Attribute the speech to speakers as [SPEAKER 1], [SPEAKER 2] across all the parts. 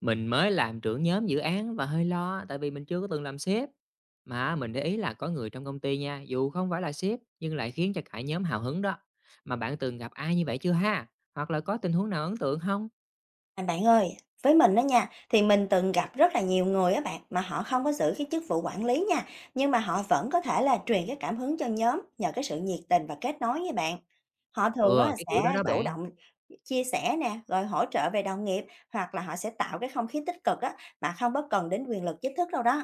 [SPEAKER 1] Mình mới làm trưởng nhóm dự án và hơi lo tại vì mình chưa có từng làm sếp. Mà mình để ý là có người trong công ty nha, dù không phải là sếp nhưng lại khiến cho cả nhóm hào hứng đó. Mà bạn từng gặp ai như vậy chưa ha? Hoặc là có tình huống nào ấn tượng không?
[SPEAKER 2] À, bạn ơi, với mình đó nha, thì mình từng gặp rất là nhiều người á bạn mà họ không có giữ cái chức vụ quản lý nha, nhưng mà họ vẫn có thể là truyền cái cảm hứng cho nhóm nhờ cái sự nhiệt tình và kết nối với bạn. Họ thường
[SPEAKER 1] Ừ,
[SPEAKER 2] á
[SPEAKER 1] cái kiểu
[SPEAKER 2] sẽ
[SPEAKER 1] đó đó bạn.
[SPEAKER 2] chủ động chia sẻ nè, rồi hỗ trợ về đồng nghiệp, hoặc là họ sẽ tạo cái không khí tích cực á mà không có cần đến quyền lực chính thức đâu đó.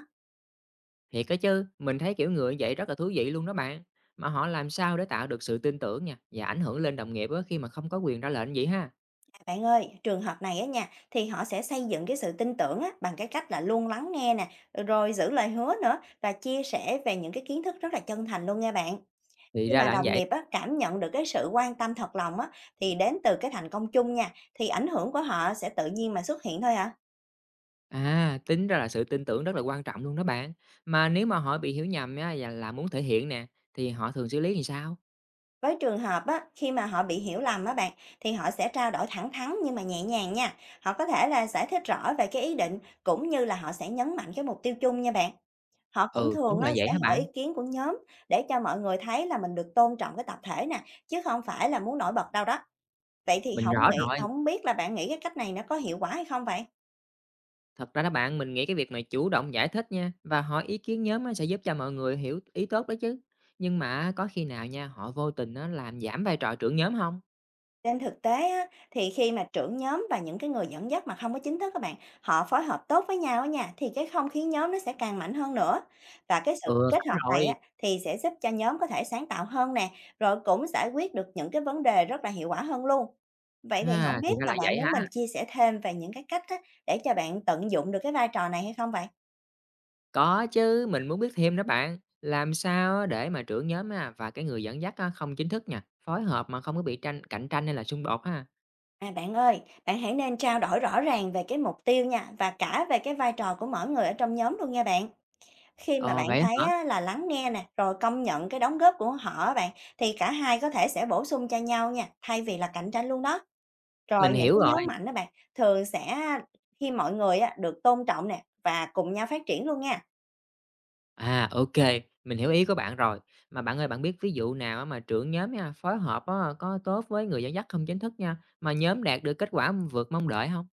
[SPEAKER 1] Thiệt đó chứ, mình thấy kiểu người như vậy rất là thú vị luôn đó bạn. Mà họ làm sao để tạo được sự tin tưởng nha và ảnh hưởng lên đồng nghiệp á khi mà không có quyền ra lệnh vậy ha?
[SPEAKER 2] À, bạn ơi, trường hợp này á nha thì họ sẽ xây dựng cái sự tin tưởng á bằng cái cách là luôn lắng nghe nè, rồi giữ lời hứa nữa và chia sẻ về những cái kiến thức rất là chân thành luôn nha bạn.
[SPEAKER 1] Thì
[SPEAKER 2] Khi
[SPEAKER 1] ra
[SPEAKER 2] mà
[SPEAKER 1] là như
[SPEAKER 2] đồng
[SPEAKER 1] vậy.
[SPEAKER 2] nghiệp á, cảm nhận được cái sự quan tâm thật lòng á, thì đến từ cái thành công chung nha, thì ảnh hưởng của họ sẽ tự nhiên mà xuất hiện thôi ạ.
[SPEAKER 1] À, tính ra là sự tin tưởng rất là quan trọng luôn đó bạn. Mà nếu mà họ bị hiểu nhầm á, và là muốn thể hiện nè, thì họ thường xử lý làm sao?
[SPEAKER 2] Với trường hợp á, khi mà họ bị hiểu lầm á bạn, thì họ sẽ trao đổi thẳng thắn nhưng mà nhẹ nhàng nha. Họ có thể là giải thích rõ về cái ý định, cũng như là họ sẽ nhấn mạnh cái mục tiêu chung nha bạn. Họ cũng
[SPEAKER 1] Ừ, cũng
[SPEAKER 2] thường á,
[SPEAKER 1] là
[SPEAKER 2] sẽ
[SPEAKER 1] vậy hả
[SPEAKER 2] hỏi ý
[SPEAKER 1] bạn?
[SPEAKER 2] kiến của nhóm để cho mọi người thấy là mình được tôn trọng cái tập thể nè, chứ không phải là muốn nổi bật đâu đó. Vậy thì
[SPEAKER 1] Mình
[SPEAKER 2] không
[SPEAKER 1] rõ
[SPEAKER 2] nghĩ,
[SPEAKER 1] rồi.
[SPEAKER 2] không biết là bạn nghĩ cái cách này nó có hiệu quả hay không vậy?
[SPEAKER 1] Thật ra đó bạn, mình nghĩ cái việc mà chủ động giải thích nha, và hỏi ý kiến nhóm á, sẽ giúp cho mọi người hiểu ý tốt đó chứ. Nhưng mà có khi nào nha, họ vô tình á, làm giảm vai trò trưởng nhóm không?
[SPEAKER 2] Trên thực tế á, thì khi mà trưởng nhóm và những cái người dẫn dắt mà không có chính thức các bạn, họ phối hợp tốt với nhau á nha, thì cái không khí nhóm nó sẽ càng mạnh hơn nữa. Và cái sự
[SPEAKER 1] Ừ,
[SPEAKER 2] kết
[SPEAKER 1] phải
[SPEAKER 2] hợp này
[SPEAKER 1] rồi.
[SPEAKER 2] á, thì sẽ giúp cho nhóm có thể sáng tạo hơn nè, rồi cũng giải quyết được những cái vấn đề rất là hiệu quả hơn luôn. Vậy thì không
[SPEAKER 1] Ha, thì
[SPEAKER 2] biết
[SPEAKER 1] ra
[SPEAKER 2] là
[SPEAKER 1] là
[SPEAKER 2] bạn
[SPEAKER 1] vậy
[SPEAKER 2] muốn mình
[SPEAKER 1] ha.
[SPEAKER 2] chia sẻ thêm về những cái cách á, để cho bạn tận dụng được cái vai trò này hay không vậy?
[SPEAKER 1] Có chứ, mình muốn biết thêm đó bạn. Làm sao á để mà trưởng nhóm á và cái người dẫn dắt á không chính thức nha, phối hợp mà không có bị tranh cạnh tranh hay là xung đột ha?
[SPEAKER 2] À, bạn ơi, bạn hãy nên trao đổi rõ ràng về cái mục tiêu nha, và cả về cái vai trò của mỗi người ở trong nhóm luôn nha bạn. Khi mà
[SPEAKER 1] Ờ,
[SPEAKER 2] bạn
[SPEAKER 1] vậy á
[SPEAKER 2] thấy
[SPEAKER 1] hả?
[SPEAKER 2] á, là lắng nghe nè, rồi công nhận cái đóng góp của họ á bạn, thì cả hai có thể sẽ bổ sung cho nhau nha, thay vì là cạnh tranh luôn đó. Rồi
[SPEAKER 1] Mình
[SPEAKER 2] những
[SPEAKER 1] hiểu
[SPEAKER 2] cái
[SPEAKER 1] rồi.
[SPEAKER 2] nhóm mạnh đó bạn, thường sẽ khi mọi người á, được tôn trọng nè và cùng nhau phát triển luôn nha.
[SPEAKER 1] À, OK, mình hiểu ý của bạn rồi. Mà bạn ơi, bạn biết ví dụ nào á mà trưởng nhóm nha, phối hợp á có tốt với người dẫn dắt không chính thức nha, mà nhóm đạt được kết quả vượt mong đợi không?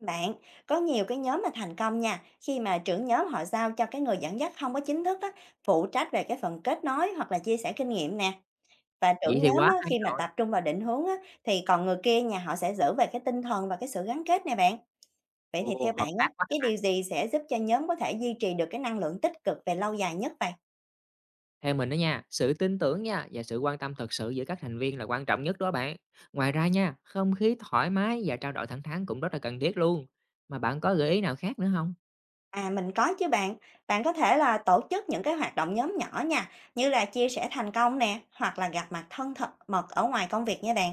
[SPEAKER 2] Bạn, có nhiều cái nhóm mà thành công nha, khi mà trưởng nhóm họ giao cho cái người dẫn dắt không có chính thức á, phụ trách về cái phần kết nối hoặc là chia sẻ kinh nghiệm nè. Và trưởng
[SPEAKER 1] Vậy thì
[SPEAKER 2] nhóm
[SPEAKER 1] quá
[SPEAKER 2] á,
[SPEAKER 1] hay
[SPEAKER 2] khi mà
[SPEAKER 1] rồi.
[SPEAKER 2] tập trung vào định hướng á, thì còn người kia nhà họ sẽ giữ về cái tinh thần và cái sự gắn kết nè bạn. Vậy thì
[SPEAKER 1] Ồ,
[SPEAKER 2] theo
[SPEAKER 1] hợp
[SPEAKER 2] bạn á,
[SPEAKER 1] tác.
[SPEAKER 2] cái điều gì sẽ giúp cho nhóm có thể duy trì được cái năng lượng tích cực về lâu dài nhất vậy?
[SPEAKER 1] Theo mình đó nha, sự tin tưởng nha và sự quan tâm thật sự giữa các thành viên là quan trọng nhất đó bạn. Ngoài ra nha, không khí thoải mái và trao đổi thẳng thắn cũng rất là cần thiết luôn. Mà bạn có gợi ý nào khác nữa không?
[SPEAKER 2] À, mình có chứ bạn. Bạn có thể là tổ chức những cái hoạt động nhóm nhỏ nha, như là chia sẻ thành công nè, hoặc là gặp mặt thân mật ở ngoài công việc nha bạn.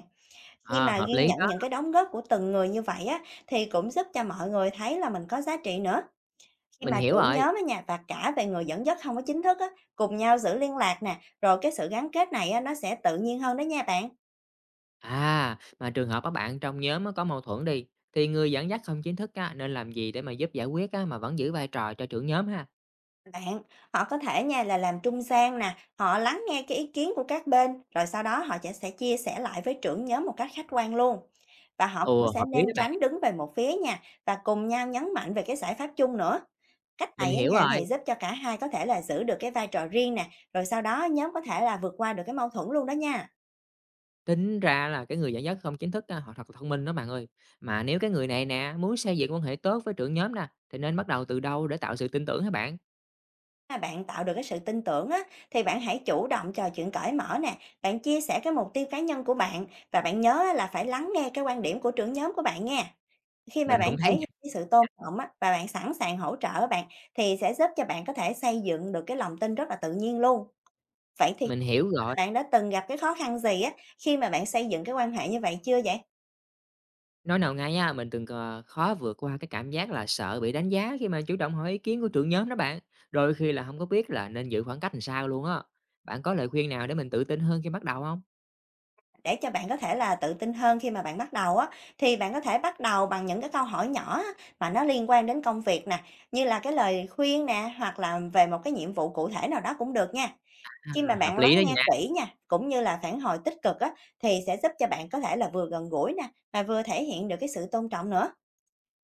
[SPEAKER 2] Khi
[SPEAKER 1] À,
[SPEAKER 2] mà
[SPEAKER 1] hợp
[SPEAKER 2] ghi
[SPEAKER 1] lý
[SPEAKER 2] nhận
[SPEAKER 1] đó,
[SPEAKER 2] những cái đóng góp của từng người như vậy á, thì cũng giúp cho mọi người thấy là mình có giá trị nữa. Khi
[SPEAKER 1] mình
[SPEAKER 2] mà
[SPEAKER 1] hiểu
[SPEAKER 2] trưởng
[SPEAKER 1] rồi.
[SPEAKER 2] nhóm ở nhà và cả về người dẫn dắt không có chính thức á, cùng nhau giữ liên lạc nè, rồi cái sự gắn kết này á, nó sẽ tự nhiên hơn đó nha bạn.
[SPEAKER 1] À, mà trường hợp các bạn trong nhóm á có mâu thuẫn đi, thì người dẫn dắt không chính thức á, nên làm gì để mà giúp giải quyết á, mà vẫn giữ vai trò cho trưởng nhóm ha?
[SPEAKER 2] Bạn, họ có thể nha là làm trung gian nè, họ lắng nghe cái ý kiến của các bên, rồi sau đó họ sẽ chia sẻ lại với trưởng nhóm một cách khách quan luôn. Và họ cũng
[SPEAKER 1] Ồ,
[SPEAKER 2] sẽ
[SPEAKER 1] hợp lý
[SPEAKER 2] nên
[SPEAKER 1] đó bạn,
[SPEAKER 2] tránh đứng về một phía nha, và cùng nhau nhấn mạnh về cái giải pháp chung nữa. Cách
[SPEAKER 1] mình
[SPEAKER 2] này ở
[SPEAKER 1] hiểu
[SPEAKER 2] nhà
[SPEAKER 1] rồi.
[SPEAKER 2] thì giúp cho cả hai có thể là giữ được cái vai trò riêng nè, rồi sau đó nhóm có thể là vượt qua được cái mâu thuẫn luôn đó nha.
[SPEAKER 1] Tính ra là cái người dẫn dắt không chính thức á, họ thật là thông minh đó bạn ơi. Mà nếu cái người này nè, muốn xây dựng quan hệ tốt với trưởng nhóm nè, thì nên bắt đầu từ đâu để tạo sự tin tưởng hả bạn?
[SPEAKER 2] Mà bạn tạo được cái sự tin tưởng á, thì bạn hãy chủ động trò chuyện cởi mở nè, bạn chia sẻ cái mục tiêu cá nhân của bạn, và bạn nhớ á là phải lắng nghe cái quan điểm của trưởng nhóm của bạn nha. Khi mà
[SPEAKER 1] Mình
[SPEAKER 2] bạn
[SPEAKER 1] cũng thấy
[SPEAKER 2] thể hiện cái sự tôn trọng á, và bạn sẵn sàng hỗ trợ á bạn, thì sẽ giúp cho bạn có thể xây dựng được cái lòng tin rất là tự nhiên luôn. Vậy thì
[SPEAKER 1] mình hiểu rồi.
[SPEAKER 2] bạn đã từng gặp cái khó khăn gì á, khi mà bạn xây dựng cái quan hệ như vậy chưa vậy?
[SPEAKER 1] Nói nào ngay á, mình từng khó vượt qua cái cảm giác là sợ bị đánh giá khi mà chủ động hỏi ý kiến của trưởng nhóm đó bạn. Đôi khi là không có biết là nên giữ khoảng cách làm sao luôn á. Bạn có lời khuyên nào để mình tự tin hơn khi bắt đầu không?
[SPEAKER 2] Để cho bạn có thể là tự tin hơn khi mà bạn bắt đầu á, thì bạn có thể bắt đầu bằng những cái câu hỏi nhỏ á, mà nó liên quan đến công việc nè, như là cái lời khuyên nè, hoặc là về một cái nhiệm vụ cụ thể nào đó cũng được nha.
[SPEAKER 1] À,
[SPEAKER 2] Khi mà
[SPEAKER 1] hợp
[SPEAKER 2] bạn lắng
[SPEAKER 1] lý đó
[SPEAKER 2] nghe
[SPEAKER 1] nha,
[SPEAKER 2] kỹ nha, cũng như là phản hồi tích cực á, thì sẽ giúp cho bạn có thể là vừa gần gũi nè, mà vừa thể hiện được cái sự tôn trọng nữa.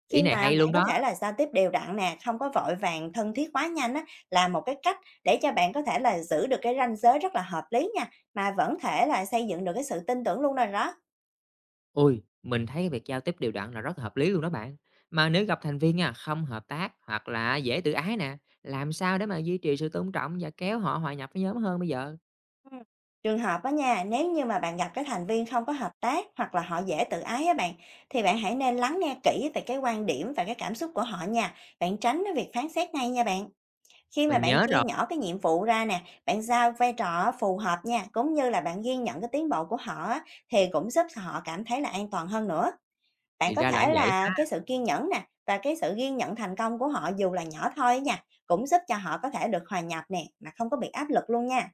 [SPEAKER 1] ý
[SPEAKER 2] Khi
[SPEAKER 1] này
[SPEAKER 2] mà
[SPEAKER 1] hay
[SPEAKER 2] bạn
[SPEAKER 1] luôn
[SPEAKER 2] có
[SPEAKER 1] đó.
[SPEAKER 2] thể là giao tiếp đều đặn nè, không có vội vàng thân thiết quá nhanh á, là một cái cách để cho bạn có thể là giữ được cái ranh giới rất là hợp lý nha, mà vẫn thể là xây dựng được cái sự tin tưởng luôn rồi đó.
[SPEAKER 1] Ôi, mình thấy việc giao tiếp đều đặn là rất hợp lý luôn đó bạn. Mà nếu gặp thành viên nha, không hợp tác hoặc là dễ tự ái nè, làm sao để mà duy trì sự tôn trọng và kéo họ hòa nhập với nhóm hơn bây giờ?
[SPEAKER 2] Ừm. Trường hợp á nha, nếu như mà bạn gặp cái thành viên không có hợp tác hoặc là họ dễ tự ái á bạn, thì bạn hãy nên lắng nghe kỹ về cái quan điểm và cái cảm xúc của họ nha. Bạn tránh cái việc phán xét ngay nha bạn. Khi mà
[SPEAKER 1] Mình
[SPEAKER 2] bạn
[SPEAKER 1] nhớ
[SPEAKER 2] chia
[SPEAKER 1] rồi,
[SPEAKER 2] nhỏ cái nhiệm vụ ra nè, bạn giao vai trò phù hợp nha, cũng như là bạn ghi nhận cái tiến bộ của họ á, thì cũng giúp họ cảm thấy là an toàn hơn nữa. Bạn
[SPEAKER 1] thì
[SPEAKER 2] có
[SPEAKER 1] ra là như
[SPEAKER 2] thể
[SPEAKER 1] vậy
[SPEAKER 2] là
[SPEAKER 1] ha.
[SPEAKER 2] cái sự kiên nhẫn nè và cái sự ghi nhận thành công của họ dù là nhỏ thôi nha, cũng giúp cho họ có thể được hòa nhập nè mà không có bị áp lực luôn nha.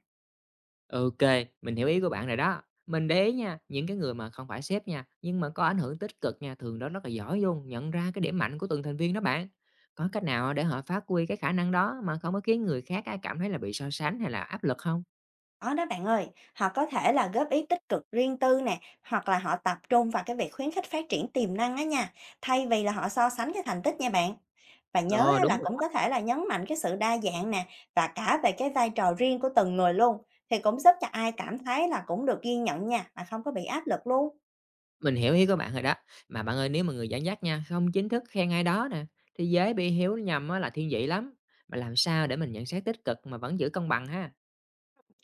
[SPEAKER 1] Ok, mình hiểu ý của bạn rồi đó. Mình để ý nha, những cái người mà không phải sếp nha, nhưng mà có ảnh hưởng tích cực nha, thường đó rất là giỏi luôn, nhận ra cái điểm mạnh của từng thành viên đó bạn. Có cách nào để họ phát huy cái khả năng đó mà không có khiến người khác á cảm thấy là bị so sánh hay là áp lực không?
[SPEAKER 2] Có đó bạn ơi, họ có thể là góp ý tích cực riêng tư nè, hoặc là họ tập trung vào cái việc khuyến khích phát triển tiềm năng á nha, thay vì là họ so sánh cái thành tích nha bạn. Và nhớ
[SPEAKER 1] Ờ,
[SPEAKER 2] á, là
[SPEAKER 1] đúng.
[SPEAKER 2] cũng có thể là nhấn mạnh cái sự đa dạng nè, và cả về cái vai trò riêng của từng người luôn, thì cũng giúp cho ai cảm thấy là cũng được ghi nhận nha, mà không có bị áp lực luôn.
[SPEAKER 1] Mình hiểu ý của bạn rồi đó. Mà bạn ơi, nếu mà người dẫn dắt nha, không chính thức khen ai đó nè, thì dễ bị hiểu nhầm á là thiên vị lắm. Mà làm sao để mình nhận xét tích cực mà vẫn giữ công bằng ha?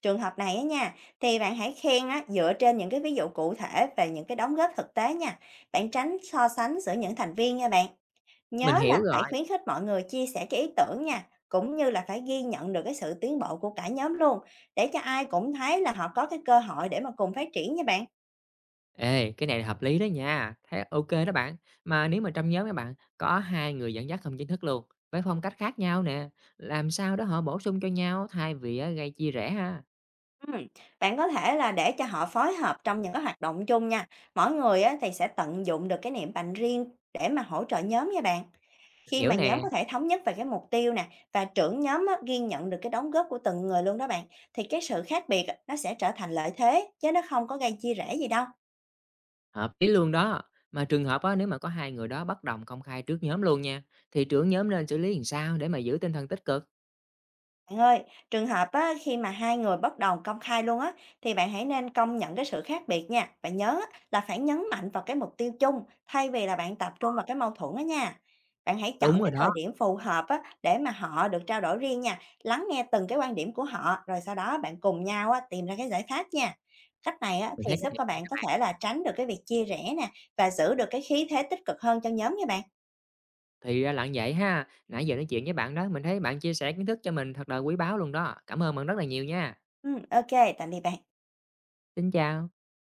[SPEAKER 2] Trường hợp này á nha, thì bạn hãy khen á, dựa trên những cái ví dụ cụ thể về những cái đóng góp thực tế nha. Bạn tránh so sánh giữa những thành viên nha bạn.
[SPEAKER 1] Mình
[SPEAKER 2] Nhớ là
[SPEAKER 1] hiểu
[SPEAKER 2] phải
[SPEAKER 1] rồi.
[SPEAKER 2] khuyến khích mọi người chia sẻ cái ý tưởng nha, cũng như là phải ghi nhận được cái sự tiến bộ của cả nhóm luôn, để cho ai cũng thấy là họ có cái cơ hội để mà cùng phát triển nha bạn.
[SPEAKER 1] Ê, cái này là hợp lý đó nha. Thế ok đó bạn. Mà nếu mà trong nhóm các bạn có hai người dẫn dắt không chính thức luôn, với phong cách khác nhau nè, làm sao đó họ bổ sung cho nhau thay vì á, gây chia rẽ ha.
[SPEAKER 2] Ừm, bạn có thể là để cho họ phối hợp trong những cái hoạt động chung nha. Mỗi người á, thì sẽ tận dụng được cái niềm mạnh riêng để mà hỗ trợ nhóm nha bạn. Khi mà
[SPEAKER 1] Hiểu
[SPEAKER 2] nhóm
[SPEAKER 1] nè,
[SPEAKER 2] có thể thống nhất về cái mục tiêu nè và trưởng nhóm á, ghi nhận được cái đóng góp của từng người luôn đó bạn, thì cái sự khác biệt á, nó sẽ trở thành lợi thế chứ nó không có gây chia rẽ gì đâu.
[SPEAKER 1] hợp lý luôn đó. Mà trường hợp á, nếu mà có hai người đó bất đồng công khai trước nhóm luôn nha, thì trưởng nhóm nên xử lý làm sao để mà giữ tinh thần tích cực?
[SPEAKER 2] Bạn ơi, trường hợp á, khi mà hai người bất đồng công khai luôn á, thì bạn hãy nên công nhận cái sự khác biệt nha. Và nhớ á, là phải nhấn mạnh vào cái mục tiêu chung thay vì là bạn tập trung vào cái mâu thuẫn đó nha. Bạn hãy chọn
[SPEAKER 1] Đúng rồi
[SPEAKER 2] cái
[SPEAKER 1] đó,
[SPEAKER 2] thời điểm phù hợp á, để mà họ được trao đổi riêng nha. Lắng nghe từng cái quan điểm của họ, rồi sau đó bạn cùng nhau á, tìm ra cái giải pháp nha. Cách này á,
[SPEAKER 1] mình
[SPEAKER 2] thì
[SPEAKER 1] thấy cái
[SPEAKER 2] giúp
[SPEAKER 1] này
[SPEAKER 2] các
[SPEAKER 1] hay
[SPEAKER 2] bạn
[SPEAKER 1] đó
[SPEAKER 2] có thể
[SPEAKER 1] bạn.
[SPEAKER 2] là tránh được cái việc chia rẽ nè, và giữ được cái khí thế tích cực hơn cho nhóm nha bạn.
[SPEAKER 1] Thì ra là như vậy ha. Nãy giờ nói chuyện với bạn đó, mình thấy bạn chia sẻ kiến thức cho mình thật là quý báu luôn đó. Cảm ơn bạn rất là nhiều nha.
[SPEAKER 2] Ừ, ok, tạm biệt bạn.
[SPEAKER 1] Xin chào.